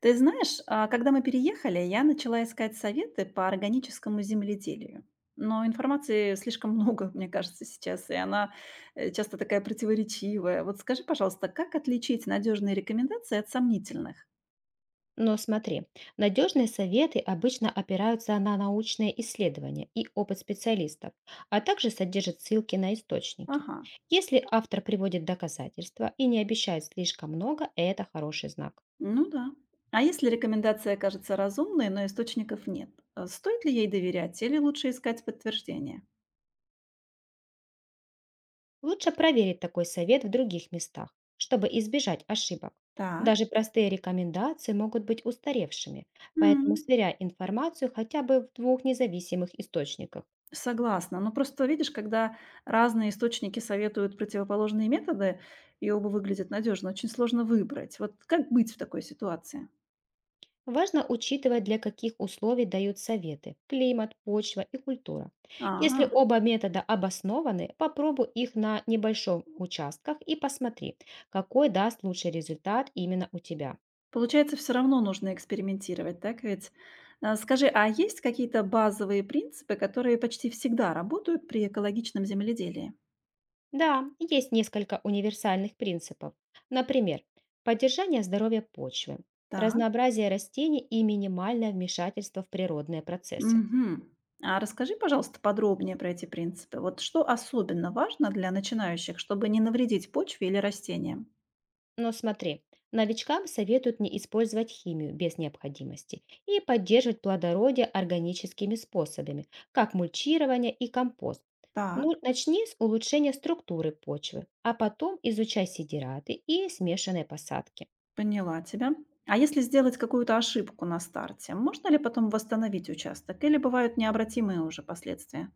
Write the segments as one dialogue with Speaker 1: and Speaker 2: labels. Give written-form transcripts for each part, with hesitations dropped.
Speaker 1: Ты знаешь, когда мы переехали, я начала искать советы по органическому земледелию. Но информации слишком много, мне кажется, сейчас, и она часто такая противоречивая. Вот скажи, пожалуйста, как отличить надежные рекомендации от сомнительных?
Speaker 2: Но смотри, надежные советы обычно опираются на научные исследования и опыт специалистов, а также содержат ссылки на источники.
Speaker 1: Ага,
Speaker 2: Если автор приводит доказательства и не обещает слишком много, это хороший знак.
Speaker 1: ну да. А если рекомендация кажется разумной, но источников нет, стоит ли ей доверять или лучше искать подтверждение?
Speaker 2: Лучше проверить такой совет в других местах, чтобы избежать ошибок.
Speaker 1: Так.
Speaker 2: Даже простые рекомендации могут быть устаревшими, поэтому
Speaker 1: М.
Speaker 2: сверяй информацию хотя бы в двух независимых источниках.
Speaker 1: Согласна. Но просто видишь, когда разные источники советуют противоположные методы, и оба выглядят надежно, очень сложно выбрать. Вот как быть в такой ситуации?
Speaker 2: Важно учитывать, для каких условий дают советы – климат, почва и культура. Если
Speaker 1: А,
Speaker 2: оба метода обоснованы, попробуй их на небольшом участках и посмотри, какой даст лучший результат именно у тебя.
Speaker 1: получается, все равно нужно экспериментировать, так ведь? Скажи, а есть какие-то базовые принципы, которые почти всегда работают при экологичном земледелии?
Speaker 2: Да, есть несколько универсальных принципов. Например, поддержание здоровья почвы,
Speaker 1: Так.
Speaker 2: разнообразие растений и минимальное вмешательство в природные процессы.
Speaker 1: Мгм. А расскажи, пожалуйста, подробнее про эти принципы. Вот что особенно важно для начинающих, чтобы не навредить почве или растениям?
Speaker 2: Но смотри, новичкам советуют не использовать химию без необходимости и поддерживать плодородие органическими способами, как мульчирование и компост. Ну,
Speaker 1: Так.
Speaker 2: начни с улучшения структуры почвы, а потом изучай сидираты и смешанные посадки.
Speaker 1: Поняла тебя. А если сделать какую-то ошибку на старте, можно ли потом восстановить участок или бывают необратимые уже последствия?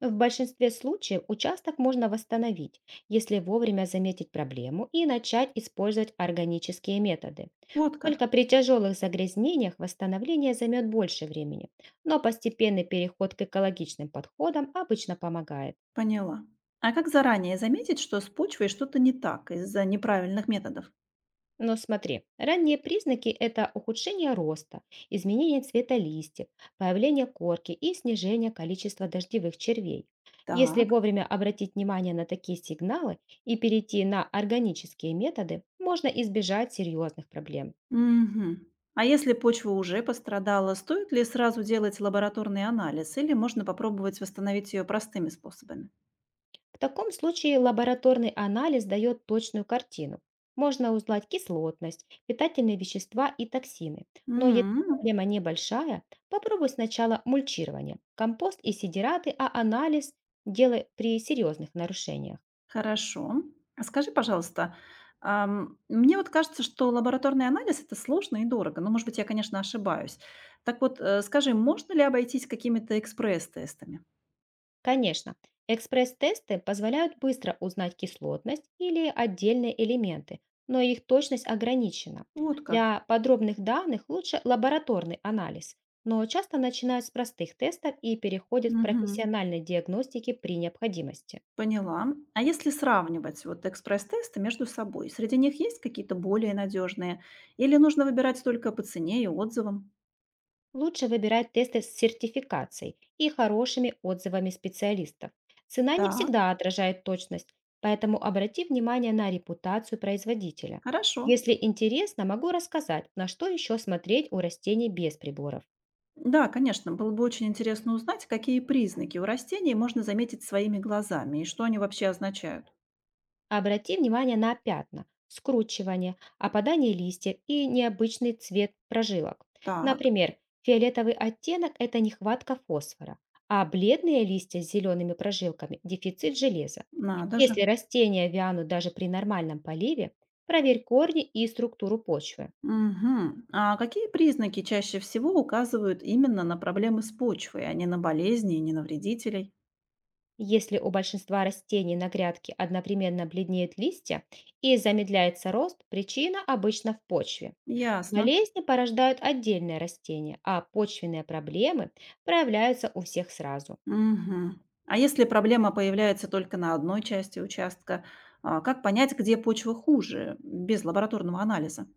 Speaker 2: В большинстве случаев участок можно восстановить, если вовремя заметить проблему и начать использовать органические методы.
Speaker 1: Вот как.
Speaker 2: Только при тяжелых загрязнениях восстановление займет больше времени, но постепенный переход к экологичным подходам обычно помогает.
Speaker 1: Поняла. А как заранее заметить, что с почвой что-то не так из-за неправильных методов?
Speaker 2: Но смотри, ранние признаки – это ухудшение роста, изменение цвета листьев, появление корки и снижение количества дождевых червей. Если
Speaker 1: Так.
Speaker 2: вовремя обратить внимание на такие сигналы и перейти на органические методы, можно избежать серьезных проблем.
Speaker 1: Мгм. А если почва уже пострадала, стоит ли сразу делать лабораторный анализ или можно попробовать восстановить ее простыми способами?
Speaker 2: В таком случае лабораторный анализ дает точную картину. Можно узнать кислотность, питательные вещества и токсины. Но если
Speaker 1: М.
Speaker 2: проблема небольшая, попробуй сначала мульчирование, компост и сидираты, а анализ делай при серьезных нарушениях.
Speaker 1: Хорошо. А скажи, пожалуйста, мне вот кажется, что лабораторный анализ- это сложно и дорого. Но, может быть, я, конечно, ошибаюсь. Так вот, скажи, можно ли обойтись какими-то экспресс-тестами?
Speaker 2: Конечно, экспресс-тесты позволяют быстро узнать кислотность или отдельные элементы, но их точность ограничена.
Speaker 1: Вот как.
Speaker 2: Для подробных данных лучше лабораторный анализ, но часто начинают с простых тестов и переходят к
Speaker 1: Мгм.
Speaker 2: профессиональной диагностике при необходимости.
Speaker 1: Поняла. А если сравнивать вот экспресс-тесты между собой, среди них есть какие-то более надежные? Или нужно выбирать только по цене и отзывам?
Speaker 2: Лучше выбирать тесты с сертификацией и хорошими отзывами специалистов. Цена не
Speaker 1: Так,
Speaker 2: всегда отражает точность, поэтому обрати внимание на репутацию производителя.
Speaker 1: хорошо.
Speaker 2: Если интересно, могу рассказать, на что еще смотреть у растений без приборов.
Speaker 1: Да, конечно, было бы очень интересно узнать, какие признаки у растений можно заметить своими глазами и что они вообще означают.
Speaker 2: Обрати внимание на пятна, скручивание, опадание листьев и необычный цвет прожилок.
Speaker 1: Так,
Speaker 2: Например, фиолетовый оттенок – это нехватка фосфора, а бледные листья с зелеными прожилками – дефицит железа.
Speaker 1: надо же.
Speaker 2: Если растения вянут даже при нормальном поливе, проверь корни и структуру почвы.
Speaker 1: Мгм. А какие признаки чаще всего указывают именно на проблемы с почвой, а не на болезни и не на вредителей?
Speaker 2: Если у большинства растений на грядке одновременно бледнеют листья и замедляется рост, причина обычно в почве.
Speaker 1: Ясно.
Speaker 2: Болезни порождают отдельные растения, а почвенные проблемы проявляются у всех сразу.
Speaker 1: Мгм. А если проблема появляется только на одной части участка, как понять, где почва хуже, без лабораторного анализа?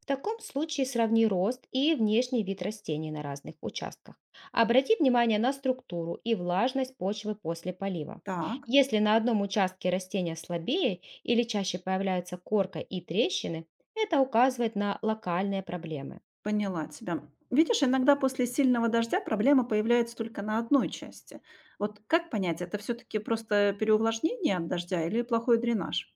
Speaker 2: В таком случае сравни рост и внешний вид растений на разных участках. Обрати внимание на структуру и влажность почвы после полива.
Speaker 1: Так.
Speaker 2: Если на одном участке растения слабее или чаще появляются корка и трещины, это указывает на локальные проблемы.
Speaker 1: Поняла тебя. Видишь, иногда после сильного дождя проблема появляется только на одной части. Вот как понять, это все-таки просто переувлажнение от дождя или плохой дренаж?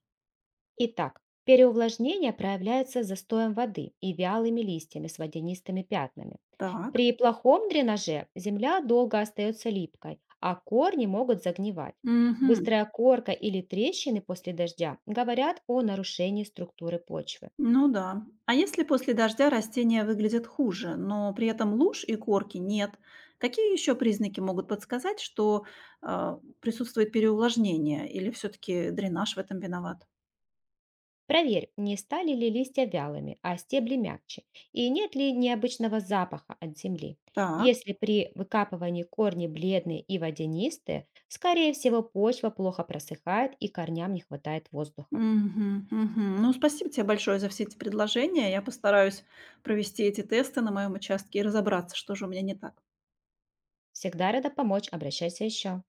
Speaker 2: Итак, переувлажнение проявляется застоем воды и вялыми листьями с водянистыми пятнами.
Speaker 1: Так.
Speaker 2: При плохом дренаже земля долго остается липкой, а корни могут загнивать.
Speaker 1: Мгм.
Speaker 2: Быстрая корка или трещины после дождя говорят о нарушении структуры почвы.
Speaker 1: Ну да. А если после дождя растения выглядят хуже, но при этом луж и корки нет, какие еще признаки могут подсказать, что присутствует переувлажнение или все-таки дренаж в этом виноват?
Speaker 2: Проверь, не стали ли листья вялыми, а стебли мягче, и нет ли необычного запаха от земли.
Speaker 1: Так.
Speaker 2: Если при выкапывании корни бледные и водянистые, скорее всего почва плохо просыхает и корням не хватает воздуха.
Speaker 1: Мгм, мгм. Ну, спасибо тебе большое за все эти предложения. Я постараюсь провести эти тесты на моем участке и разобраться, что же у меня не так.
Speaker 2: Всегда рада помочь, обращайся еще.